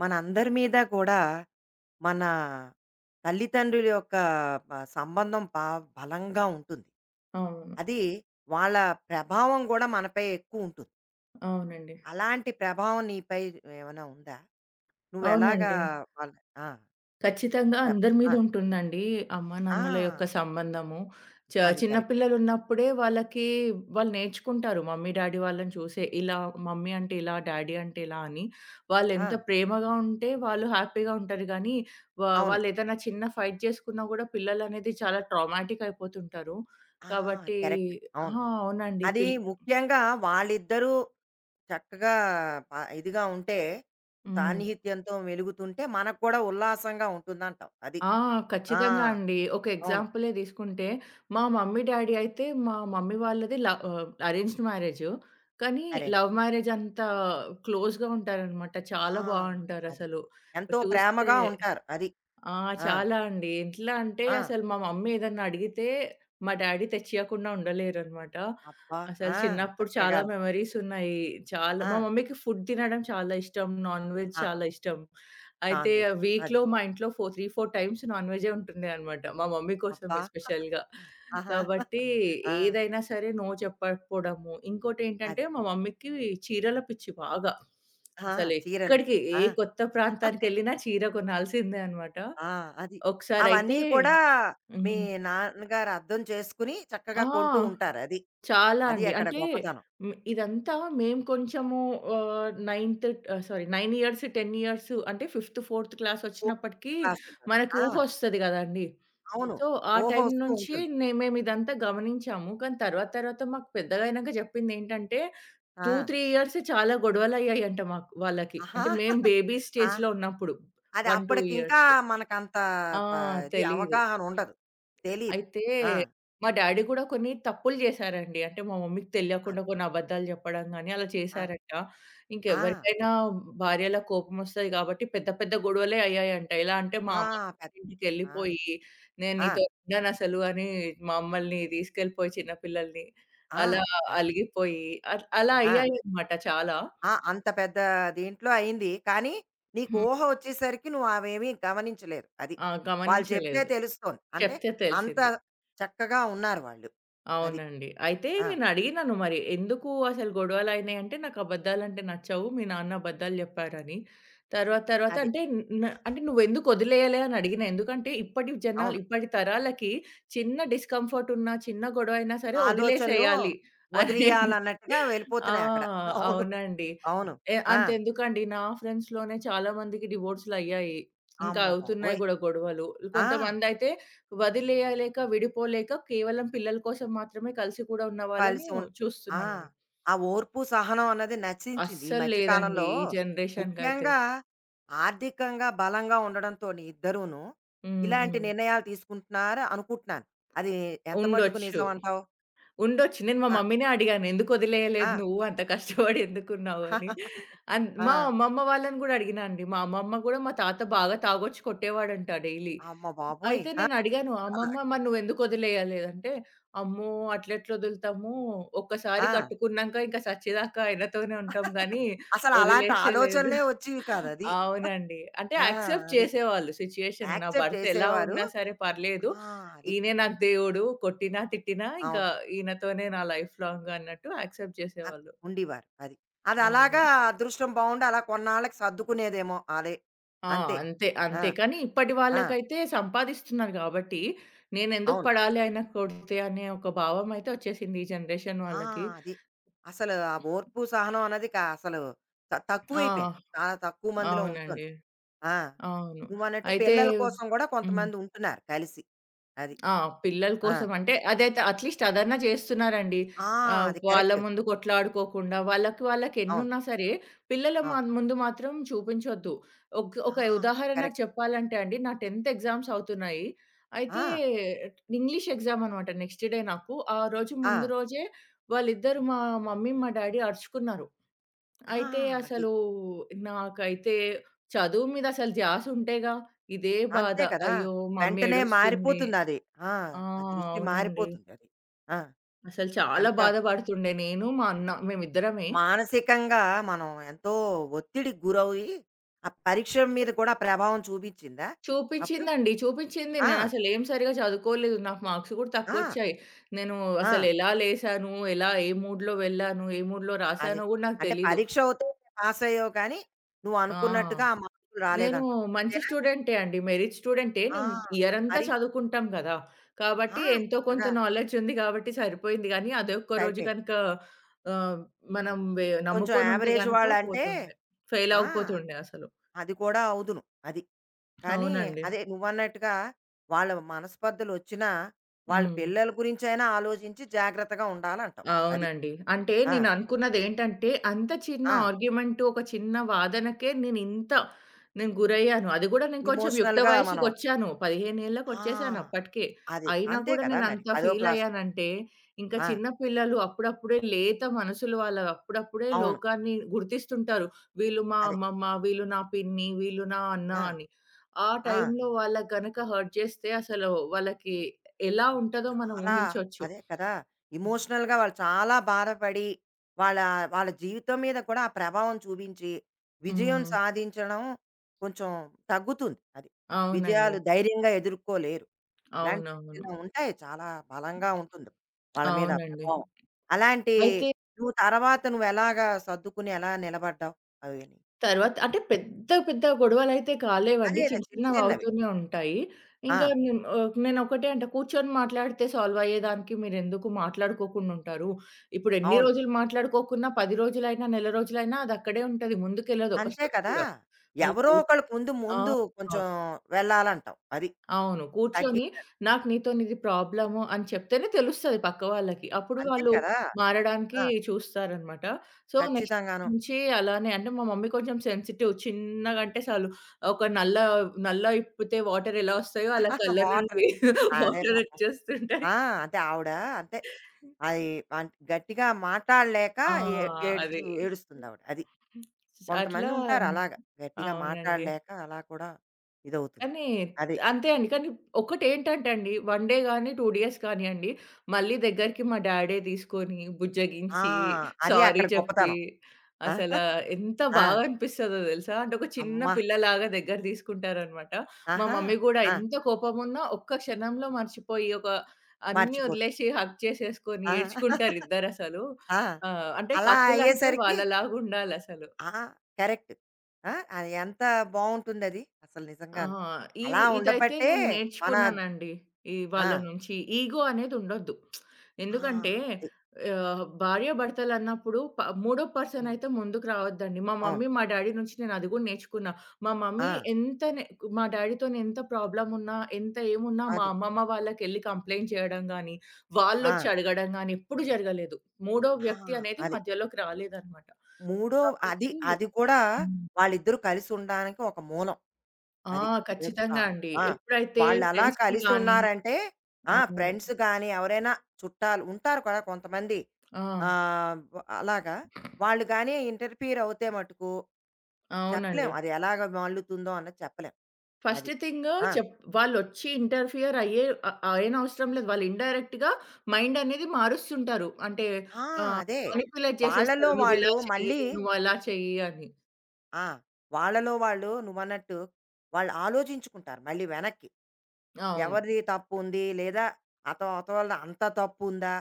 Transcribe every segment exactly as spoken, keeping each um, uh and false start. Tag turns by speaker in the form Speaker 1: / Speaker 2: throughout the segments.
Speaker 1: మనందరి మీద కూడా మన తల్లిదండ్రుల యొక్క బ- సంబంధం బా బలంగా ఉంటుంది.
Speaker 2: అవును.
Speaker 1: అది వాళ్ళ ప్రభావం కూడా మనపై ఎక్కువ ఉంటుంది.
Speaker 2: అవునండి.
Speaker 1: అలాంటి ప్రభావం నీపై ఏమైనా ఉందా? నువ్వు ఎలాగా?
Speaker 2: అవునండి.
Speaker 1: వాళ్ళ ఆ,
Speaker 2: ఖచ్చితంగా
Speaker 1: చెప్
Speaker 2: అందరి మీద
Speaker 1: ఆ,
Speaker 2: ఉంటుందండి
Speaker 1: ఆ,
Speaker 2: అమ్మానాన్నల యొక్క సంబంధము. చ
Speaker 1: అది
Speaker 2: చిన్న
Speaker 1: కరెక్ట్.
Speaker 2: పిల్లలున్నప్పుడే వాళ్ళకి వాళ్ళు నేర్చుకుంటారు మమ్మీ, డ్యాడీ వాళ్ళని చూసే. ఇలా మమ్మీ అంటే ఇలా, డ్యాడీ అంటే ఇలా అని. వాళ్ళెంత ప్రేమగా ఉంటే వాళ్ళు హ్యాపీగా ఉంటారు గానీ, వ
Speaker 1: అవును.
Speaker 2: వాళ్ళేదైనా చిన్న ఫైట్ చేసుకున్నా గూడా పిల్లలనేది చాలా ట్రామాటిక్ అయిపోతుంటారు.
Speaker 1: ఆ! అది
Speaker 2: కాబట్టి
Speaker 1: కరెక్ట్.
Speaker 2: ఆ!
Speaker 1: అవును.
Speaker 2: అవునండి.
Speaker 1: అది
Speaker 2: పిల్
Speaker 1: ముఖ్యంగా వాళ్ళిద్దరూ చక్కగా ప ఇదిగా ఉంటే,
Speaker 2: హ్మ్.
Speaker 1: సాన్నిహిత్యంతో మెలుగుతుంటే మనకు కూడా ఉల్లాసంగా ఉంటుందంటావు. అది.
Speaker 2: ఆ!
Speaker 1: ఆ!
Speaker 2: ఖచ్చితంగా అండి. ఒక
Speaker 1: అవును.
Speaker 2: ఎగ్జాంపులే తీసుకుంటే, మా మమ్మీ, డ్యాడీ అయితే మా మమ్మీ వాళ్ళది ల ఆహ్, అరేంజ్డ్ మ్యారేజు. కానీ
Speaker 1: అరేంజ్ మ్యారేజ్.
Speaker 2: లవ్ మ్యారేజ్ అంత క్లోజ్‌గా ఉంటారనమాట.
Speaker 1: ఆ!
Speaker 2: చాలా
Speaker 1: అది.
Speaker 2: బావుంటారసలు.
Speaker 1: ఎంతో
Speaker 2: చూస్తే
Speaker 1: ప్రేమగా ఉంటారు. అది.
Speaker 2: ఆ!
Speaker 1: ఆ!
Speaker 2: చాలా అండి. ఎట్లా అంటే
Speaker 1: ఆ!
Speaker 2: అసలు మా మమ్మీ ఏదన్నా అడిగితే మా డ్యాడీ తెచ్చియకుండా ఉండలేరనమాట.
Speaker 1: అబ్బా!
Speaker 2: అసలు
Speaker 1: ఆ!
Speaker 2: చిన్నప్పుడు చాలా
Speaker 1: చక్కగాను.
Speaker 2: మెమోరీస్ ఉన్నాయి. చాలా
Speaker 1: ఆ!
Speaker 2: మా మమ్మీకి ఫుడ్ తినడం చాలా ఇష్టం. నాన్ వెజ్
Speaker 1: ఆహా!
Speaker 2: చాలా ఇష్టం. అయితే
Speaker 1: నాన్ వెజ్. అది.
Speaker 2: వీక్‌లో మా ఇంట్లో ఫో మూడు, నాలుగు టైమ్స్ నాన్ వెజే ఉంటుండే అనమాట. మా మమ్మీ
Speaker 1: అబ్బా!
Speaker 2: కోసమే స్పెషల్‌గా.
Speaker 1: ఆహా!
Speaker 2: కాబట్టి
Speaker 1: ఆ!
Speaker 2: ఏదైనా సరే నో చెప్పకపోవడము. ఇంకోటేంటంటే
Speaker 1: అది.
Speaker 2: మా మమ్మీకి చీరల పిచ్చి బాగా.
Speaker 1: ఆ! చీరలు.
Speaker 2: అసలెక్కడికి ఏ
Speaker 1: ఆ!
Speaker 2: కొత్త ప్రాంతానికెళ్ళినా చీర కొనాల్సిందే అనమాట.
Speaker 1: ఆ! అది. అవన్నీ
Speaker 2: ఒకసారైతే
Speaker 1: కూడా మీ
Speaker 2: హ్మ్.
Speaker 1: నాన్నగారు అర్థం చేసుకుని చక్కగా
Speaker 2: ఆ!
Speaker 1: కొంటూ ఉంటారు. అది.
Speaker 2: చాలా
Speaker 1: అది
Speaker 2: అండి.
Speaker 1: అక్కడ
Speaker 2: అంటే
Speaker 1: గొప్పతనం.
Speaker 2: హ్మ్, ఇదంతా మేము కొంచెము ఆహ్, నైన్త్ ఆహ్, సారీ తొమ్మిది ఇయర్స్, పది ఇయర్స్ అంటే ఫిఫ్త్, ఫోర్త్
Speaker 1: ఓహ్!
Speaker 2: క్లాసొచ్చినప్పటికి
Speaker 1: ఫిఫ్త్ క్లాసులోనే.
Speaker 2: మనకి
Speaker 1: ఆ!
Speaker 2: ఊహొస్తది గదండీ!
Speaker 1: అవును.
Speaker 2: సో, ఆ
Speaker 1: ఊహ
Speaker 2: టైం
Speaker 1: వస్తూ
Speaker 2: నుంచి
Speaker 1: ఉంటుంది.
Speaker 2: నే మేమిదంతా గమనించాము. కానీ తర్వాత తర్వాత మాకు పెద్దగయినంక జెప్పిందేంటంటే రెండు,
Speaker 1: ఆ!
Speaker 2: మూడు ఇయర్సే చాలా గొడవలయ్యాయంట మాకు వాళ్ళకి.
Speaker 1: ఆహా!
Speaker 2: అంటే మేము బేబీ
Speaker 1: ఆ!
Speaker 2: స్టేజ్‌లో ఉన్నప్పుడు. ఒకటి,
Speaker 1: అది
Speaker 2: రెండు
Speaker 1: అప్పటికింకా
Speaker 2: ఇయర్స్.
Speaker 1: మనకంత
Speaker 2: ఆ!
Speaker 1: ప ఇది
Speaker 2: తెలీదు.
Speaker 1: అవగాహన ఉండదు. తెలీదు.
Speaker 2: అయితే
Speaker 1: ఆ!
Speaker 2: మా డ్యాడీ కూడా కొన్ని తప్పులు చేశారండి. అంటే మా మమ్మీకి తెలియకుండా
Speaker 1: అది.
Speaker 2: కొన్ని అబద్ధాలు చెప్పడం గాని అలా
Speaker 1: ఆ!
Speaker 2: చేశారంట.
Speaker 1: ఆ!
Speaker 2: ఇంకెవరికైనా భార్యల కోపమొస్తది కాబట్టి పెద్ద పెద్ద గొడవలే అయ్యాయంట. ఎలా అంటే మా
Speaker 1: ఆ!
Speaker 2: అమ్మమ్మ వాళ్ళ
Speaker 1: పెద్ ఆ!
Speaker 2: ఇంటికెళ్ళిపోయి "నేను
Speaker 1: ఆ!
Speaker 2: నీతో ఉండనసలు" అని మమ్మల్ని తీసుకెళ్ళిపోయి చిన్న పిల్లల్ని
Speaker 1: ఆ!
Speaker 2: అలా
Speaker 1: అది.
Speaker 2: అలిగిపోయి అట్ అలా
Speaker 1: ఆ!
Speaker 2: అయ్యాయన్నమాట చాలా.
Speaker 1: ఆ! అంత పెద్ద దీంట్లో అయింది. కానీ నీకు
Speaker 2: హ్మ్.
Speaker 1: ఊహ వచ్చేసరికి నువ్వవేమీ గమనించలేదు. అది.
Speaker 2: ఆ!
Speaker 1: వాళ్ళు చెప్తే
Speaker 2: గమనించలేదు.
Speaker 1: తెలుస్తోంది. అంటే
Speaker 2: చెప్తే
Speaker 1: అంత
Speaker 2: తెలిసింది.
Speaker 1: చక్కగా ఉన్నారు వాళ్ళు. అది.
Speaker 2: అవునండి. అయితే
Speaker 1: ఆ!
Speaker 2: నేనడిగినాను మరి ఎందుకు అసలు గొడవలయినాయంటే, "నాకబద్దాలంటే నచ్చవు. మీ నాన్న అబద్దాలు జెప్పారని." తర్వాత తర్వాత
Speaker 1: అది.
Speaker 2: అంటే న అంటే "నువ్వెందుకు వదిలేయలే?" అని అడిగినా. ఎందుకంటే ఇప్పటి జనాలు
Speaker 1: అవును.
Speaker 2: ఇప్పటి తరాలకి చిన్న డిస్కంఫర్ట్ ఉన్నా, చిన్న గొడవైనా సరే
Speaker 1: ఆలోచనలు
Speaker 2: వదిలేసేయాలి అనేది.
Speaker 1: వదిలియాలన్నట్టుగా
Speaker 2: ఆ!
Speaker 1: వెళ్ళిపోతున్నాయి అక్కడ. అవును.
Speaker 2: అవునండి.
Speaker 1: అవును.
Speaker 2: ఎ
Speaker 1: ఆ!
Speaker 2: అంతెందుకండి నా ఫ్రెండ్స్‌లోనే చాలా మందికి డివోర్స్‌లయ్యాయి. ఇంకా
Speaker 1: అమ్మ
Speaker 2: అవుతున్నాయి
Speaker 1: బాబోయ్!
Speaker 2: గూడా గొడవలు.
Speaker 1: ఆ!
Speaker 2: కొంతమందయితే వదిలేయలేక, విడిపోలేక కేవలం పిల్లల కోసం మాత్రమే కలిసి కూడా ఉన్న వాళ్ళని
Speaker 1: కలిసి ఉన్ ఆ!
Speaker 2: చూస్తున్నా నేను.
Speaker 1: ఆ ఓర్పు, సహనం అన్నది నశించింది ఈ
Speaker 2: అస్సలు
Speaker 1: మధ్య
Speaker 2: లేదండి.
Speaker 1: కాలంలో.
Speaker 2: ఈ జనరేషన్‌కైతే.
Speaker 1: ముఖ్యంగా ఆర్థికంగా బలంగా ఉండడంతోని ఇద్దరూను
Speaker 2: హ్మ్.
Speaker 1: ఇలాంటి
Speaker 2: హ్మ్.
Speaker 1: నిర్ణయాలు తీసుకుంటున్నారు అనుకుంటున్నాను. అది ఎంత మట్టుకు
Speaker 2: ఉండొచ్చు.
Speaker 1: నిజం అంటావు?
Speaker 2: ఉండొచ్చు. నేను మా
Speaker 1: ఆ!
Speaker 2: మమ్మీనే అడిగాను. "ఎందుకు
Speaker 1: ఆ!
Speaker 2: వదిలేయలేదు నువ్వు? అంత కష్టపడి ఎందుకున్నావు" అని. అన్ మా
Speaker 1: ఆ!
Speaker 2: అమ్మమ్మ వాళ్ళని గూడా అడిగినా అండి. మా అమ్మమ్మ గూడా మా తాత బాగా తాగొచ్చి కొట్టేవాడంట డైలీ.
Speaker 1: అమ్మ బాబోయ్!
Speaker 2: అయితే
Speaker 1: ఆ!
Speaker 2: నేను అడిగాను, "అమ్మమ్మ మరి నువ్వెందుకు వదిలేయలేదు?" అంటే, "అమ్మో! అట్లెట్ల వదులుతాము? ఒక్కసారి
Speaker 1: ఆ!
Speaker 2: కట్టుకున్నాంక ఇంక సచ్చేదాకా ఆయనతోనే ఉంటాం గానీ
Speaker 1: అసలు అలాంటి
Speaker 2: వదిలేసేలేదు."
Speaker 1: ఆలోచనలే వచ్చేవి కాదు. అది.
Speaker 2: అవునండి. అంటే
Speaker 1: ఆ!
Speaker 2: యాక్సెప్ట్
Speaker 1: అది.
Speaker 2: చేసేవాళ్ళు సిట్యుయేషన్. నా
Speaker 1: యాక్సెప్ట్
Speaker 2: భర్త ఎలా
Speaker 1: చేసేవారు.
Speaker 2: ఉన్నా సరే పర్లేదు.
Speaker 1: ఆ! అది.
Speaker 2: ఈయనే నాకు దేవుడు. కొట్టినా, తిట్టినా ఇంకా
Speaker 1: అవును.
Speaker 2: ఈయనతోనే నా లైఫ్ లాంగ్ అన్నట్టు యాక్సెప్ట్
Speaker 1: అన్
Speaker 2: చేసేవాళ్ళు.
Speaker 1: ఉండేవారు. అది. అదలాగా
Speaker 2: అవును.
Speaker 1: అదృష్టం బావుండి అలా కొన్నాళ్ళకి సర్దుకునేదేమో అదే.
Speaker 2: ఆ!
Speaker 1: అంతే.
Speaker 2: అంతే.
Speaker 1: ఆ!
Speaker 2: అంతే. కానీ ఇప్పటి
Speaker 1: ఆ!
Speaker 2: వాళ్ళకైతే సంపాదిస్తున్నారు గాబట్టి, నేనెందుకు
Speaker 1: అవును.
Speaker 2: పడాలి ఆయన కొడితే అనే ఒక భావం అయితే వచ్చేసింది ఈ జనరేషన్
Speaker 1: ఆ!
Speaker 2: వాళ్ళకి.
Speaker 1: అది. అసలు ఆ ఓర్పు, సహనం అన్నది క అసలు త
Speaker 2: ఆ!
Speaker 1: తక్కువైపోయింది. చాలా తక్కువ మందిలో ఉంటుంది.
Speaker 2: అవునండి.
Speaker 1: ఆ!
Speaker 2: అవును.
Speaker 1: నువ్వన్నట్టు
Speaker 2: అయితే
Speaker 1: పిల్లల కోసం గూడా
Speaker 2: హ్మ్.
Speaker 1: కొంతమంది ఉంటున్నారు కలిసి. అది.
Speaker 2: ఆ! పిల్లల
Speaker 1: ఆ!
Speaker 2: కోసం అంటే అదైతే అట్‌లీస్ట్ అదన్నా చేస్తున్నారండి.
Speaker 1: ఆ!
Speaker 2: ఆహ్,
Speaker 1: అది
Speaker 2: వాళ్ళ
Speaker 1: కరెక్ట్.
Speaker 2: ముందు కొట్లాడుకోకుండా వాళ్ళకి వాళ్ళకి
Speaker 1: అవును.
Speaker 2: ఎన్నున్నా సరే, పిల్లల
Speaker 1: ఆ!
Speaker 2: మ ముందు మాత్రం చూపించొద్దు. ఒక ఒక
Speaker 1: ఆ!
Speaker 2: ఉదాహరణకు
Speaker 1: కరెక్ట్.
Speaker 2: చెప్పాలంటే అండి, నా పదవ ఎగ్జామ్స్ అవుతున్నాయి.
Speaker 1: ఆ!
Speaker 2: అయితే ఇంగ్లీష్ ఎగ్జామ్ అనమాట నెక్స్ట్ డే నాకు. ఆ రోజు
Speaker 1: ఆ!
Speaker 2: ముందు రోజే వాళ్ళిద్దరు మా మమ్మీ, మా డ్యాడీ అరుచుకున్నారు.
Speaker 1: ఆ!
Speaker 2: అయితే
Speaker 1: అది.
Speaker 2: అసలు నాకైతే చదువు మీద అసలు ధ్యాస ఉంటేగా ఇదే బాధ.
Speaker 1: అంతే కదా!
Speaker 2: అయ్యో! మమ్మీ
Speaker 1: వెంటనే
Speaker 2: ఏడుస్తుంది.
Speaker 1: మారిపోతుందది. ఆ!
Speaker 2: ఆ!
Speaker 1: ఆ దృష్టి
Speaker 2: అవునండి.
Speaker 1: మారిపోతుందది. ఆ!
Speaker 2: అసలు చాలా
Speaker 1: ఎంత
Speaker 2: బాధపడుతుండే నేను, మా అన్న మేమిద్దరమే.
Speaker 1: మానసికంగా మనం ఎంతో ఒత్తిడికి గురవుయి, ఆ పరీక్షల మీద కూడా ప్రభావం చూపించిందా అప్పుడు?
Speaker 2: చూపించిందండి. చూపించింది.
Speaker 1: ఆ!
Speaker 2: నేనసలేం సరిగ్గా చదువుకోలేదు. నాకు మార్క్స్ కూడా
Speaker 1: ఆ!
Speaker 2: తక్కువొచ్చాయి. నేను
Speaker 1: ఆ!
Speaker 2: అసలెలా లేసాను, ఎలా ఏ మూడ్‌లో వెళ్ళాను, ఏ మూడ్‌లో
Speaker 1: అదే.
Speaker 2: రాసానో గూడా నాకు
Speaker 1: అంటే
Speaker 2: తెలీదు.
Speaker 1: పరీక్ష అవుతే పాస్ అయ్యావు కానీ, నువ్వు
Speaker 2: ఆ!
Speaker 1: అనుకున్నట్టుగా ఆ మార్కులు
Speaker 2: నేను
Speaker 1: రాలేదంటావు.
Speaker 2: మంచి
Speaker 1: అంతేనా?
Speaker 2: స్టూడెంటే అండి. మెరిట్ స్టూడెంటే.
Speaker 1: ఆ!
Speaker 2: నేను ఇయర్ అంతా
Speaker 1: మరి
Speaker 2: చదువుకుంటాం గదా!
Speaker 1: ఆ!
Speaker 2: కాబట్టి ఎంతో కొంత
Speaker 1: చక్కగా
Speaker 2: నాలెడ్జ్ ఉంది కాబట్టి సరిపోయింది గానీ, అదొక్క రోజు
Speaker 1: సరిపోయింది.
Speaker 2: గనుక ఆహ్, మనం వె
Speaker 1: కొంచెం
Speaker 2: నమ్ముకొనుంటే
Speaker 1: యావరేజ్
Speaker 2: గనక
Speaker 1: వాళ్ళంటే
Speaker 2: పోతుండే. ఫెయిల్
Speaker 1: ఆ!
Speaker 2: అవ్వకపోతుండే అసలు.
Speaker 1: అది కూడా అవుదును. అది. కానీ
Speaker 2: అవునండి.
Speaker 1: అదే నువ్వన్నట్టుగా వాళ్ళ మనస్పర్ధలొచ్చినా, వాళ్ళ
Speaker 2: హ్మ్.
Speaker 1: పిల్లల గురించైనా ఆలోచించి జాగ్రత్తగా ఉండాలంటావు. అది.
Speaker 2: అవునండి. అంటే
Speaker 1: ఆ!
Speaker 2: నేను అనుకున్నదేంటంటే, అంత చిన్న
Speaker 1: ఆ!
Speaker 2: ఆర్గ్యుమెంట్ ఒక చిన్న వాదనకే నేనింత నేను గురయ్యాను. అది గూడా నేను కొంచెం యుక్త
Speaker 1: ఎమోషనల్‌గా మనం
Speaker 2: వయస్సుకొచ్చాను. పదిహేను
Speaker 1: ఆ!
Speaker 2: ఏళ్లకొచ్చేసాను అప్పటికే.
Speaker 1: అదే.
Speaker 2: అయినా
Speaker 1: అంతే
Speaker 2: గూడా
Speaker 1: కదా మరి.
Speaker 2: నేనంత
Speaker 1: పదో క్లాస్.
Speaker 2: ఫీలయ్యానంటే, ఇంకా
Speaker 1: ఆ!
Speaker 2: చిన్న పిల్లలు అప్పుడప్పుడే లేత మనసులు వాళ్ళవి. అప్పుడప్పుడే
Speaker 1: అవును.
Speaker 2: లోకాన్ని గుర్తిస్తుంటారు. వీళ్ళు మా
Speaker 1: అదే.
Speaker 2: అమ్మమ్మ, వీళ్ళు నా పిన్ని, వీళ్ళు నా అన్న
Speaker 1: ఆ!
Speaker 2: అని. ఆ
Speaker 1: ఆ!
Speaker 2: టైంలో వాళ్ళకి గనక హర్ట్ చేస్తే అసలు వాళ్ళకి ఎలా ఉంటదో మనం
Speaker 1: చాలా
Speaker 2: ఊహించొచ్చు.
Speaker 1: అదే కదా! ఎమోషనల్‌గా వాళ్ళు చాలా బాధపడి, వాళ్ళ వాళ్ళ జీవితం మీద కూడా ఆ ప్రభావం చూపించి, విజయం
Speaker 2: హ్మ్.
Speaker 1: సాధించడం కొంచెం తగ్గుతుంది. అది.
Speaker 2: అవునండి.
Speaker 1: విజయాలు ధైర్యంగా ఎదుర్కోలేరు.
Speaker 2: అవునవును.
Speaker 1: ఇలాంటివి ఉంటాయి. చాలా బలంగా ఉంటుంది వాళ్ళ మీద ఆ
Speaker 2: అవునండి.
Speaker 1: ప్రభావం. అలాంటి
Speaker 2: అయితే
Speaker 1: నువ్వు తర్వాత నువ్వెలాగా సర్దుకుని ఎలా నిలబడ్డావు అవిని?
Speaker 2: తర్వాత అంటే పెద్ద పెద్ద గొడవలైతే
Speaker 1: అదే
Speaker 2: కాలేవండి.
Speaker 1: అదే.
Speaker 2: చిన్న
Speaker 1: చిన్న చిన్నవి.
Speaker 2: చిన్నవవుతూనే ఉంటాయి.
Speaker 1: ఆ!
Speaker 2: ఇంకా నేను ఆహ్, నేనొకటే అంట, కూర్చొని మాట్లాడితే సాల్వ్ అయ్యేదానికి మీరెందుకు మాట్లాడుకోకుండా ఉంటారు? ఇప్పుడు ఎన్ని
Speaker 1: అవును.
Speaker 2: రోజులు మాట్లాడుకోకున్నా పది రోజులైనా, నెల రోజులైనా అదక్కడే ఉంటది. ముందుకెళ్ళదు ఒక
Speaker 1: అంతే
Speaker 2: స్టెప్
Speaker 1: కదా!
Speaker 2: కూడా. మీరు
Speaker 1: ఎవరో
Speaker 2: కూ
Speaker 1: ఒకళ్ళు ముందు ముందు
Speaker 2: ఆ!
Speaker 1: కొంచెం వెళ్ళాలంటావు. అది.
Speaker 2: అవును.
Speaker 1: తగ్గి
Speaker 2: కూర్చొని నాకు నీతోనిది ప్రాబ్లము అని చెప్తేనే తెలుస్తది పక్క వాళ్ళకి. అప్పుడు
Speaker 1: అంతే
Speaker 2: వాళ్ళు
Speaker 1: కదా!
Speaker 2: మారడానికి
Speaker 1: ఆ!
Speaker 2: చూస్తారనమాట. సో, నెక్స్ట్
Speaker 1: ఖచ్చితంగాను.
Speaker 2: నుంచి అలానే అంటే మా మమ్మీ కొంచెం సెన్సిటివ్. చిన్నగంటే చాలు ఒక నల్ల నల్లా ఇప్పితే వాటర్ ఎలా వస్తాయో అలా కళ్ళ
Speaker 1: వాటర్
Speaker 2: నుండి
Speaker 1: అదే
Speaker 2: వాటర్
Speaker 1: పాపం.
Speaker 2: వచ్చేస్తుంటాయి.
Speaker 1: ఆ! అంటే ఆవిడ అంతే. అది అన్ గట్టిగా మాట్లాడలేక
Speaker 2: ఆ!
Speaker 1: ఏ
Speaker 2: అది.
Speaker 1: ఏడుస్తూ ఏడుస్తుందావిడ. అది. కొంతమంది
Speaker 2: అట్లా
Speaker 1: ఉంటారు అలాగా. గట్టిగా
Speaker 2: అవునండి.
Speaker 1: మాట్లాడలేక అలా కూడా ఇదవుతుంది.
Speaker 2: కానీ
Speaker 1: అది.
Speaker 2: అంతే అండి. కానీ ఒకటేంటంటే అండి, వన్ డే గాని, రెండు డేస్ కానియండి, మళ్ళీ దగ్గరికి మా డాడే తీసుకొని,
Speaker 1: ఆ!
Speaker 2: బుజ్జగించి,
Speaker 1: అది
Speaker 2: సారీ
Speaker 1: అక్కడ
Speaker 2: చెప్పి,
Speaker 1: గొప్పతనం. ఆ!
Speaker 2: అసలా ఎంత
Speaker 1: ఆ!
Speaker 2: బాగా అనిపిస్తదో తెలుసా? అంటే ఒక చిన్న
Speaker 1: అమ్మా!
Speaker 2: పిల్లలాగా దగ్గర తీసుకుంటారనమాట. మా
Speaker 1: ఆహా!
Speaker 2: మమ్మీ గూడా
Speaker 1: ఆ!
Speaker 2: ఎంత కోపమున్నా ఒక్క క్షణంలో మర్చిపోయి, ఒక అన్నీ
Speaker 1: మర్చిపోతాం.
Speaker 2: వదిలేసి హగ్ చేసేసుకొని
Speaker 1: ఆ!
Speaker 2: ఏడ్చుకుంటారిద్దరసలు.
Speaker 1: ఆ!
Speaker 2: ఆహ్, అంటే
Speaker 1: అలా
Speaker 2: కపులంటే
Speaker 1: అయ్యేసరికి
Speaker 2: వాళ్ళలాగుండాలసలు.
Speaker 1: ఆ! కరెక్ట్. ఆ! అది ఎంత బావుంటుందది అసలు
Speaker 2: ఆ!
Speaker 1: నిజంగాను. అలా
Speaker 2: ఇవి ఇదైతే
Speaker 1: ఉండబట్టే
Speaker 2: నేను
Speaker 1: మన
Speaker 2: నేర్చుకున్నానండి. ఈ వాళ్ళ
Speaker 1: ఆ!
Speaker 2: నుంచి. ఈగో అనేది ఉండొద్దు.
Speaker 1: ఆ!
Speaker 2: ఎందుకంటే
Speaker 1: అది.
Speaker 2: ఆహ్, భార్యాభర్తలన్నప్పుడు ప మూడో పర్సన్
Speaker 1: హ్మ్.
Speaker 2: అయితే ముందుకు రావద్దండి. మా
Speaker 1: అవును.
Speaker 2: మమ్మీ, మా డ్యాడీ నుంచి నేను అది కూడా నేర్చుకున్నా. మా మమ్మీ
Speaker 1: ఆ!
Speaker 2: ఎంత నే మా డ్యాడీతోని ఎంత ప్రాబ్లమ్ ఉన్నా, ఎంత ఏమున్నా మా
Speaker 1: అది.
Speaker 2: అమ్మమ్మ వాళ్ళకెళ్ళి కంప్లెయింట్ చేయడం గానీ,
Speaker 1: ఆ!
Speaker 2: వాళ్ళొచ్చి అడగడం గానీ ఎప్పుడు జరగలేదు. మూడో
Speaker 1: ఆ!
Speaker 2: వ్యక్తి అనేది
Speaker 1: అది.
Speaker 2: మధ్యలోకి రాలేదనమాట.
Speaker 1: మూడో అది
Speaker 2: కాబట్టి
Speaker 1: అది కూడా
Speaker 2: హ్మ్.
Speaker 1: వాళ్ళిద్దరూ కలిసుండడానికి ఒక మూలం.
Speaker 2: ఆ!
Speaker 1: అది. జస్ట్ ఆ!
Speaker 2: ఖచ్చితంగా అండి.
Speaker 1: ఆ!
Speaker 2: ఎప్పుడైతే
Speaker 1: వాళ్ళలా
Speaker 2: ఫ్రెండ్స్‌ని
Speaker 1: కలిసి
Speaker 2: గానీ
Speaker 1: ఉన్నారంటే ఆ!
Speaker 2: అవును.
Speaker 1: ఫ్రెండ్స్ గానీ, ఎవరైనా చుట్టాలు ఉంటారు కదా కొంతమంది.
Speaker 2: ఆ!
Speaker 1: ఆహ్, వ అలాగా వాళ్ళు గానీ ఇంటర్ఫియర్ అవుతే మటుకు చెప్పలేం.
Speaker 2: అవునండి.
Speaker 1: అది ఎలాగ మల్లుతుందో అన్నది చెప్పలేం.
Speaker 2: ఫస్ట్
Speaker 1: అది.
Speaker 2: థింగ్
Speaker 1: ఆ!
Speaker 2: చెప్ వాళ్ళొచ్చి ఇంటర్ఫియర్ అయ్యే అ అయ్యనవసరం లేదు. వాళ్ళు ఇండైరెక్ట్‌గా మైండ్ అనేది మారుస్తుంటారు. అంటే
Speaker 1: ఆ!
Speaker 2: ఆహ్,
Speaker 1: అదే.
Speaker 2: మానిప్యులేట్
Speaker 1: వాళ్ళలో
Speaker 2: చేసేస్తారు. నువ్విలా
Speaker 1: వాళ్ళు మళ్ళీ
Speaker 2: చెయ్యి, నువ్వలా చెయ్యి అని.
Speaker 1: ఆ! వాళ్ళలో వాళ్ళు నువ్వన్నట్టు వాళ్ళు ఆలోచించుకుంటారు మళ్ళీ వెనక్కి.
Speaker 2: అవును.
Speaker 1: ఎవరిది తప్పుంది? లేదా అత అవతలోళ్ళది అంత తప్పుందా?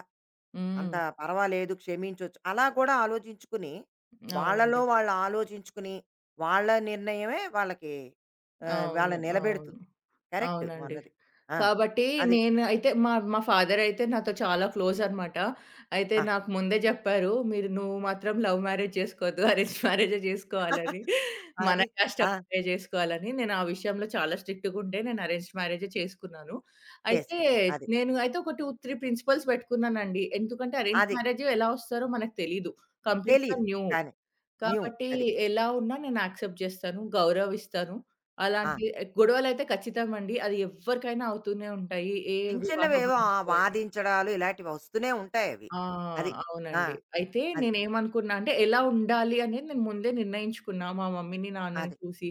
Speaker 1: అంత
Speaker 2: హ్మ్.
Speaker 1: పర్వాలేదు, క్షమించొచ్చు. అలా కూడా ఆలోచించుకుని, వాళ్ళలో
Speaker 2: అవునండి.
Speaker 1: వాళ్ళు ఆలోచించుకుని, వాళ్ళ నిర్ణయమే వాళ్ళకి ఆహ్,
Speaker 2: అవును.
Speaker 1: వాళ్ళని
Speaker 2: అవును.
Speaker 1: నిలబెడుతుంది. కరెక్ట్
Speaker 2: అవునండి.
Speaker 1: నువ్వన్నది. ఆ!
Speaker 2: కాబట్టి
Speaker 1: అది.
Speaker 2: నేను అయితే మా మా ఫాదరయితే నాతో చాలా క్లోజనమాట. అయితే
Speaker 1: ఆ!
Speaker 2: నాకు ముందే జెప్పారు, "మీరు నువ్వు మాత్రం లవ్ మ్యారేజ్ చేసుకోవద్దు. అరేంజ్ మ్యారేజే జేసుకోవాలని. మన
Speaker 1: అది.
Speaker 2: కాస్ట్
Speaker 1: ఆ!
Speaker 2: అమ్మాయే జేసుకోవాలని." నేను ఆ విషయంలో చాలా స్ట్రిక్ట్‌గుండే నేను అరేంజ్డ్ మ్యారేజే చేసుకున్నాను. అయితే
Speaker 1: చేసుకున్నాం. అది.
Speaker 2: నేను అయితే ఒక రెండు, మూడు ప్రిన్సిపల్స్ పెట్టుకున్నానండి. ఎందుకంటే అరేంజ్
Speaker 1: అది.
Speaker 2: మ్యారేజ్ ఎలా వస్తారో మనకు తెలీదు. కంప్లీట్‌గా
Speaker 1: తెలీదు.
Speaker 2: న్యూ.
Speaker 1: కానీ న్యూ
Speaker 2: కాబట్టి
Speaker 1: అది.
Speaker 2: ఎలా ఉన్నా నేను యాక్సెప్ట్ చేస్తాను. గౌరవిస్తాను.
Speaker 1: ఆ!
Speaker 2: అలాంటి గొడవలైతే ఖచ్చితమండి. అది ఎవ్వరికైనా అవుతూనే ఉంటాయి. ఏ
Speaker 1: చిన్న
Speaker 2: వివాహ
Speaker 1: చిన్నవేవో ఆహ్,
Speaker 2: బంధంలో అయినా.
Speaker 1: వాదించడాలు ఇలాంటివి వస్తూనే ఉంటాయి అవి.
Speaker 2: ఆ!
Speaker 1: అది. ఆ!
Speaker 2: అవునండి. అయితే
Speaker 1: అది.
Speaker 2: నేనేమనుకున్నా అంటే, ఎలా ఉండాలి అనేది నేను ముందే నిర్ణయించుకున్నా. మా మమ్మీని, నాన్నని
Speaker 1: అది.
Speaker 2: చూసి,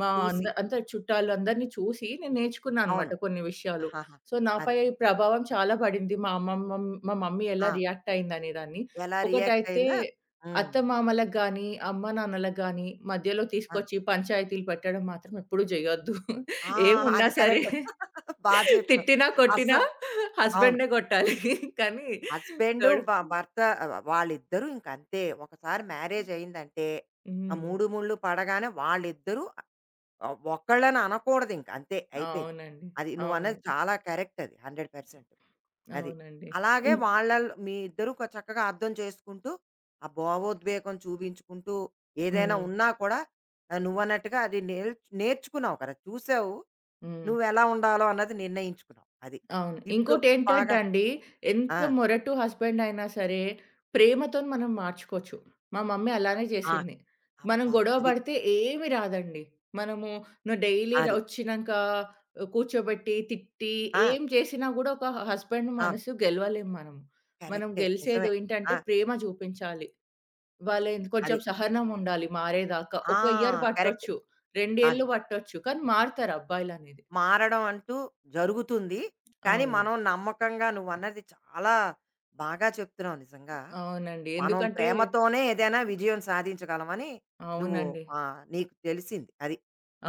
Speaker 2: మా
Speaker 1: చూసి.
Speaker 2: అంద అంత చుట్టాలు అందరిని చూసి నేను నేర్చుకున్నా అనమాట
Speaker 1: అవును.
Speaker 2: కొన్ని విషయాలు.
Speaker 1: ఆహాహా!
Speaker 2: సో,
Speaker 1: అది.
Speaker 2: నాపై ప్రభావం చాలా పడింది. మా అమ్మమ్మ మా మమ్మీ ఎలా
Speaker 1: ఆ!
Speaker 2: రియాక్ట్ అయిందనేదాన్ని.
Speaker 1: ఎలా రియాక్ట్
Speaker 2: ఒకటైతే
Speaker 1: అయిందా? హ్మ్.
Speaker 2: అత్తమామలకు గాని, అమ్మానాన్నలకు గాని మధ్యలో
Speaker 1: ఆ!
Speaker 2: తీసుకొచ్చి పంచాయతీలు పెట్టడం మాత్రం ఎప్పుడూ జేయొద్దు.
Speaker 1: ఆ!
Speaker 2: ఏమున్నా
Speaker 1: అది
Speaker 2: సరే
Speaker 1: కరెక్ట్. బా చెప్పావు.
Speaker 2: తిట్టినా, కొట్టినా
Speaker 1: అస్సలు. అవును.
Speaker 2: హస్బెండ్‌నే కొట్టాలి. కానీ
Speaker 1: హస్బెండు,
Speaker 2: థర్డ్
Speaker 1: బ భర్త ఆహ్, వాళ్ళిద్దరూ ఇంకంతే. ఒకసారి మ్యారేజ్ అయిందంటే, ఆ
Speaker 2: హ్మ్.
Speaker 1: మూడు ముళ్ళు పడగానే వాళ్ళిద్దరూ ఆహ్, ఒకళ్ళని అనకూడదింక. అంతే అయిపోయింది.
Speaker 2: అవునండి.
Speaker 1: అది
Speaker 2: అవును.
Speaker 1: నువ్వన్నది చాలా కరెక్ట్. అది. నూరు శాతం. అది.
Speaker 2: అవునండి.
Speaker 1: అలాగే
Speaker 2: ఇం
Speaker 1: వాళ్ళలో మీ ఇద్దరూ కొ చక్కగా అర్థం చేసుకుంటూ, ఆ భావోద్వేగం చూపించుకుంటూ, ఏదైనా
Speaker 2: హ్మ్.
Speaker 1: ఉన్నా కూడా ఆహ్, నువ్వన్నట్టుగా అది నేర్చ్ నేర్చుకున్నావు కదా! చూసావు.
Speaker 2: హ్మ్.
Speaker 1: నువ్వెలా ఉండాలో అన్నది నిర్ణయించుకున్నావు. అది.
Speaker 2: అవును.
Speaker 1: ఇప్పుడు
Speaker 2: ఇంకోటేంటంటే
Speaker 1: బాగా
Speaker 2: అండి,
Speaker 1: ఆ!
Speaker 2: ఎంత మొరటు హస్బెండ్ అయినా సరే, ప్రేమతోని మనం మార్చుకోవచ్చు. మా మమ్మీ అలానే
Speaker 1: ఆ!
Speaker 2: చేసింది. మనం
Speaker 1: అబ్బా!
Speaker 2: గొడవ
Speaker 1: అది.
Speaker 2: పడితే ఏమి రాదండి. మనము నువ్వు డైలీ ర
Speaker 1: అది.
Speaker 2: ఒచ్చినంక కూర్చోబెట్టి, తిట్టి,
Speaker 1: ఆ!
Speaker 2: ఏం చేసినా గూడా ఒక హస్బెండ్
Speaker 1: అవును.
Speaker 2: మనసు గెలవలేం మనము. మనం
Speaker 1: కరెక్టే.
Speaker 2: గెలిసేది
Speaker 1: నిజమే. ఆ!
Speaker 2: ఏంటంటే ప్రేమ చూపించాలి. వాళ్ళేంది
Speaker 1: అది.
Speaker 2: కొంచెం సహనం ఉండాలి మారేదాకా.
Speaker 1: ఆ!
Speaker 2: ఒక ఇయర్
Speaker 1: కరెక్ట్.
Speaker 2: పట్టొచ్చు, రెండు
Speaker 1: అది.
Speaker 2: ఏళ్ళు పట్టొచ్చు, కానీ మారుతారు అబ్బాయిలనేది.
Speaker 1: మారడం అంటూ జరుగుతుంది. కానీ
Speaker 2: అవును.
Speaker 1: మనం నమ్మకంగా నువ్వన్నది చాలా బాగా చెప్తున్నావు నిజంగా.
Speaker 2: అవునండి.
Speaker 1: మనం
Speaker 2: ఎందుకంటే
Speaker 1: ప్రేమతోనే ఏదైనా విజయం సాధించగలమని నువ్వు
Speaker 2: అవునండి.
Speaker 1: ఆహ్, నీకు తెలిసింది. అది.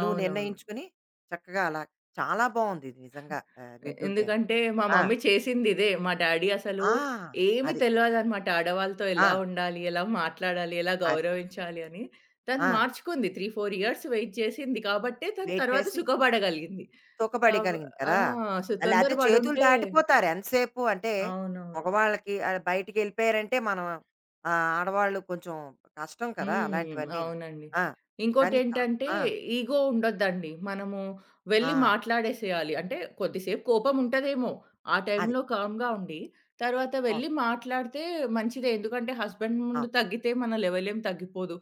Speaker 1: నువ్వు
Speaker 2: అవునవును.
Speaker 1: నిర్ణయించుకుని చక్కగా అలా చాలా బావుంది ఇది నిజంగా ఆహ్,
Speaker 2: ఎ
Speaker 1: వింటుంటేను.
Speaker 2: ఎందుకంటే మా
Speaker 1: ఆ!
Speaker 2: మమ్మీ చేసిందిదే. మా డ్యాడీ అసలు
Speaker 1: ఆ!
Speaker 2: ఏమి
Speaker 1: అది.
Speaker 2: తెలవదనమాట. ఆడవాళ్ళతో
Speaker 1: ఆ!
Speaker 2: ఎలా ఉండాలి? ఎలా మాట్లాడాలి? ఎలా
Speaker 1: అది.
Speaker 2: గౌరవించాలి? అని. తను
Speaker 1: ఆ!
Speaker 2: మార్చుకుంది. మూడు, నాలుగు ఇయర్స్ వెయిట్ చేసింది కాబట్టే తను
Speaker 1: వెయిట్
Speaker 2: తర్వాత
Speaker 1: చేసి
Speaker 2: సుఖపడగలిగింది. కాబ
Speaker 1: తూకబడగలిగింది
Speaker 2: ఆ!
Speaker 1: కదా!
Speaker 2: సో
Speaker 1: లేతే చేతులు
Speaker 2: తొందరపడుంటే
Speaker 1: దాటిపోతారు ఎంతసేపు అంటే
Speaker 2: అవునవును.
Speaker 1: మగవాళ్ళకి ఆహ్, బయటికెళ్ళిపోయారంటే మనం ఆహ్, ఆడవాళ్ళు కొంచెం కష్టం కదా!
Speaker 2: హ్మ్.
Speaker 1: అలాంటివన్నీను.
Speaker 2: అవునండి.
Speaker 1: ఆ! కానీ చా
Speaker 2: ఇంకోటేంటంటే
Speaker 1: ఆ!
Speaker 2: ఈగో ఉండొద్దండి. మనము వెళ్లి
Speaker 1: ఆ!
Speaker 2: మాట్లాడేసేయాలి. అంటే కొద్దిసేపు కోపముంటదేమో! ఆ
Speaker 1: అది.
Speaker 2: టైంలో కామ్‌గా ఉండి, తర్వాత
Speaker 1: అవును.
Speaker 2: వెళ్లి మాట్లాడితే మంచిదే. ఎందుకంటే హస్బెండ్ ముందు
Speaker 1: అవును.
Speaker 2: తగ్గితే మన లెవెల్ ఏం తగ్గిపోదు.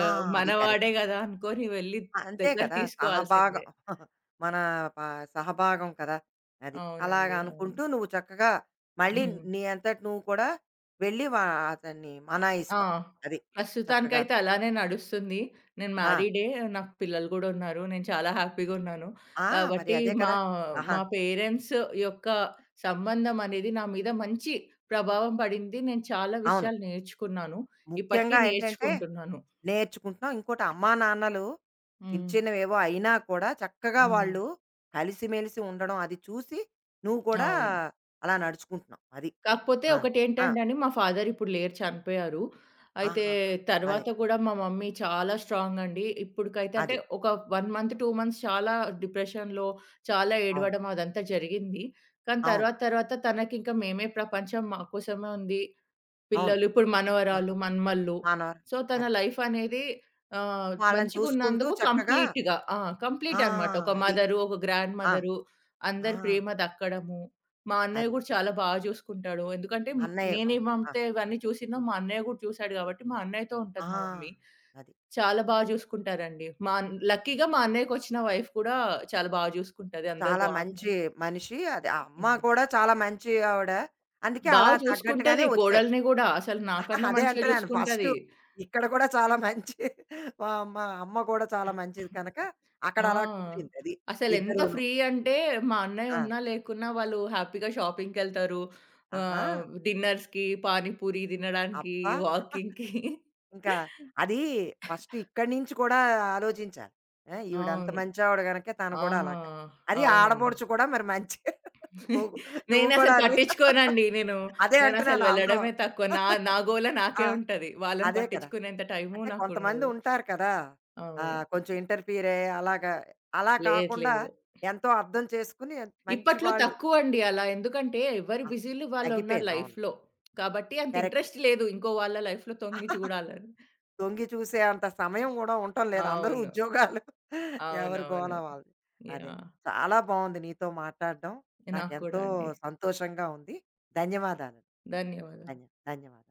Speaker 1: ఆ! అది కరెక్ట్.
Speaker 2: మనవాడే గదా! అనుకోని వెళ్లి
Speaker 1: అంతే
Speaker 2: దగ్గర
Speaker 1: కదా! సహభాగం.
Speaker 2: తీసుకోవాల్సిందే.
Speaker 1: మన ప సహభాగం కదా! అది. అలాగా
Speaker 2: అవునండి. అవును.
Speaker 1: అనుకుంటూ నువ్వు చక్కగా మళ్ళీ
Speaker 2: హ్మ్.
Speaker 1: నీ అంతట నువ్వు కూడా వెళ్ళి వా అతన్ని
Speaker 2: ఆ!
Speaker 1: మనాయిస్తావు. అది. చక్కగాను.
Speaker 2: ప్రస్తుతానికైతే అలానే నడుస్తుంది. నేను
Speaker 1: ఆ!
Speaker 2: మ్యారీడే. నాకు పిల్లలు గూడా ఉన్నారు. నేను చాలా హ్యాపీగా ఉన్నాను.
Speaker 1: ఆ! మరి
Speaker 2: కాబట్టి
Speaker 1: అదే
Speaker 2: మా
Speaker 1: కదా! ఆహా!
Speaker 2: మా పేరెంట్స్ యొక్క సంబంధం అనేది నా మీద మంచి ప్రభావం పడింది. నేను చాలా
Speaker 1: అవును.
Speaker 2: విషయాలు నేర్చుకున్నాను. ఇప్పటికి
Speaker 1: ముఖ్యంగా ఏంటంటే
Speaker 2: నేర్చుకుంటున్నాను.
Speaker 1: నేర్చుకుంటున్నాం. ఇంకోటి అమ్మానాన్నలు చిన్న
Speaker 2: హ్మ్.
Speaker 1: చిన్నవేవో అయినా కూడా చక్కగా
Speaker 2: హ్మ్.
Speaker 1: వాళ్ళు కలిసిమెలిసి ఉండడం అది చూసి నువ్వు కూడా
Speaker 2: అవును.
Speaker 1: అలా నడుచుకుంటున్నావు. అది.
Speaker 2: కాకపోతే
Speaker 1: ఆ! ఆ!
Speaker 2: ఒకటేంటండని మా ఫాదర్ ఇప్పుడు లేరు చనిపోయారు. అయితే
Speaker 1: ఆహాహా! అదే.
Speaker 2: తర్వాత గూడా మా మమ్మీ చాలా స్ట్రాంగ్ అండి. ఇప్పటికైతే అంటే
Speaker 1: అదే.
Speaker 2: ఒక 1 మంత్, రెండు మంత్స్ చాలా డిప్రెషన్‌లో చాలా
Speaker 1: అవును.
Speaker 2: ఏడవడం అదంతా జరిగింది. కానీ
Speaker 1: అవును.
Speaker 2: తర్వాత తర్వాత తనకింకా మేమే ప్రపంచం మా కోసమే ఉంది.
Speaker 1: అవును.
Speaker 2: పిల్లలు ఇప్పుడు మనవరాలు,
Speaker 1: ఆహా!
Speaker 2: మన్మళ్ళు.
Speaker 1: మనవరా
Speaker 2: సో, తన
Speaker 1: అది.
Speaker 2: లైఫ్ అనేది ఆహ్,
Speaker 1: వాళ్ళని చూసుకుంటూ
Speaker 2: మంచిగున్నందుకు
Speaker 1: చక్కగా
Speaker 2: కంప్లీట్‌గా ఆ! మంచిగా ఉన్నందుకు కంప్లీట్
Speaker 1: ఆ!
Speaker 2: అనమాట. ఒక
Speaker 1: అది.
Speaker 2: మదరు, ఒక గ్రాండ్
Speaker 1: ఆ!
Speaker 2: మదరు,
Speaker 1: ఆ!
Speaker 2: అందరి ప్రేమ దక్కడము. మా అన్నయ్య
Speaker 1: అది.
Speaker 2: గూడా చాలా బా జూసుకుంటాడు. ఎందుకంటే హ్మ్,
Speaker 1: అన్నయ్య ఆ! ఆ!
Speaker 2: నేనేమంతే ఇవన్నీ చూసినో మా అన్నయ్య గూడా చూసాడు గాబట్టి, మా అన్నయ్యతో
Speaker 1: ఆ,
Speaker 2: ఉంటది మా మమ్మీ.
Speaker 1: అది.
Speaker 2: చాలా బా జూసుకుంటారండి. మా అన్ లక్కీగా మా అన్నయ్యకొచ్చిన వైఫ్ కూడా చాలా బా జూసుకుంటది. అందరూ
Speaker 1: చాలా మంచి
Speaker 2: బావున్నారు.
Speaker 1: మనిషి. అది ఆ అమ్మ
Speaker 2: హ్మ్.
Speaker 1: కూడా చాలా మంచి ఆవిడ. అందుకే
Speaker 2: బా
Speaker 1: అలా తగ్గట్టుగానే
Speaker 2: జూసుకుంటది
Speaker 1: వచ్చారు.
Speaker 2: కోడల్ని గూడా. అసలు
Speaker 1: ఆహా,
Speaker 2: నాకన్నా
Speaker 1: అదే
Speaker 2: మంచిగా
Speaker 1: అంటున్నాను ఫస్టు
Speaker 2: జూసుకుంటది.
Speaker 1: ఇక్కడ కూడా చాలా మంచి. మా మా అమ్మ కూడా చాలా మంచిది కనుక అక్కడ అలా
Speaker 2: ఆ!
Speaker 1: కుదిరిందది.
Speaker 2: అసలెంత
Speaker 1: ఇద్దరూను.
Speaker 2: ఫ్రీ అంటే, మా అన్నయ్య
Speaker 1: ఆ!
Speaker 2: ఉన్నా, లేకున్నా వాళ్ళు హ్యాపీగా షాపింగ్‌కెళ్తారు.
Speaker 1: ఆహా!
Speaker 2: ఆహ్, డిన్నర్స్‌కి, పానీపూరి తినడానికి,
Speaker 1: అబ్బా!
Speaker 2: వాకింగ్‌కి.
Speaker 1: ఇంకా అది ఫస్ట్ ఇక్కడి నుంచి కూడా ఆలోచించాలి. ఆ! ఈవిడ అంత
Speaker 2: అవును.
Speaker 1: మంచావిడ గనక తను
Speaker 2: ఆ!
Speaker 1: కూడా అలాగా. అది
Speaker 2: అవునండి.
Speaker 1: ఆడపడుచు కూడా మరి మంచి. నువ్వు నువ్వు కూడా
Speaker 2: నేనసలు
Speaker 1: అని
Speaker 2: పట్టించుకోనండి. నేను
Speaker 1: అదే
Speaker 2: నేనసలు
Speaker 1: అంటున్నాను అందం.
Speaker 2: వెళ్ళడమే తక్కువ. నా నా గోల
Speaker 1: ఆ!
Speaker 2: నాకే ఉంటది. వాళ్ళని
Speaker 1: అదే కదా!
Speaker 2: పట్టించుకునేంత టైము
Speaker 1: అంటే కొంతమంది
Speaker 2: నాకుండదు.
Speaker 1: ఉంటారు కదా!
Speaker 2: అవును.
Speaker 1: ఆహ్, కొంచెం ఇంటర్ఫియర్ అయ్యి అలాగా అలా
Speaker 2: లేదు
Speaker 1: కాకుండా
Speaker 2: లేదు.
Speaker 1: ఎంతో అర్థం చేసుకుని మంచి
Speaker 2: ఇప్పట్లో
Speaker 1: వాళ్ళు.
Speaker 2: తక్కువండి అలా. ఎందుకంటే ఎవరి
Speaker 1: ఆ!
Speaker 2: బిజీలు వాళ్ళున్నారు
Speaker 1: తగ్గిపోయింది. అవును.
Speaker 2: లైఫ్‌లో. కాబట్టి అంత
Speaker 1: కరెక్ట్.
Speaker 2: ఇంట్రెస్ట్ లేదు. ఇంకో వాళ్ళ లైఫ్‌లో తొంగి చూడాలని.
Speaker 1: తొంగి చూసే అంత సమయం గూడా ఉండటం లేదు. అందరూ
Speaker 2: అవును.
Speaker 1: ఉద్యోగాలు. ఎవరి గోల
Speaker 2: అవునవును.
Speaker 1: వాళ్ళది. అదే.
Speaker 2: యాహ్!
Speaker 1: చాలా బావుంది నీతో మాట్లాడడం.
Speaker 2: నాకు కూడా
Speaker 1: నాకెంతో
Speaker 2: అండి.
Speaker 1: సంతోషంగా ఉంది. ధన్యవాదాలు.
Speaker 2: ధన్యవాదాలు.
Speaker 1: ధన్య ధన్యవాదాలు.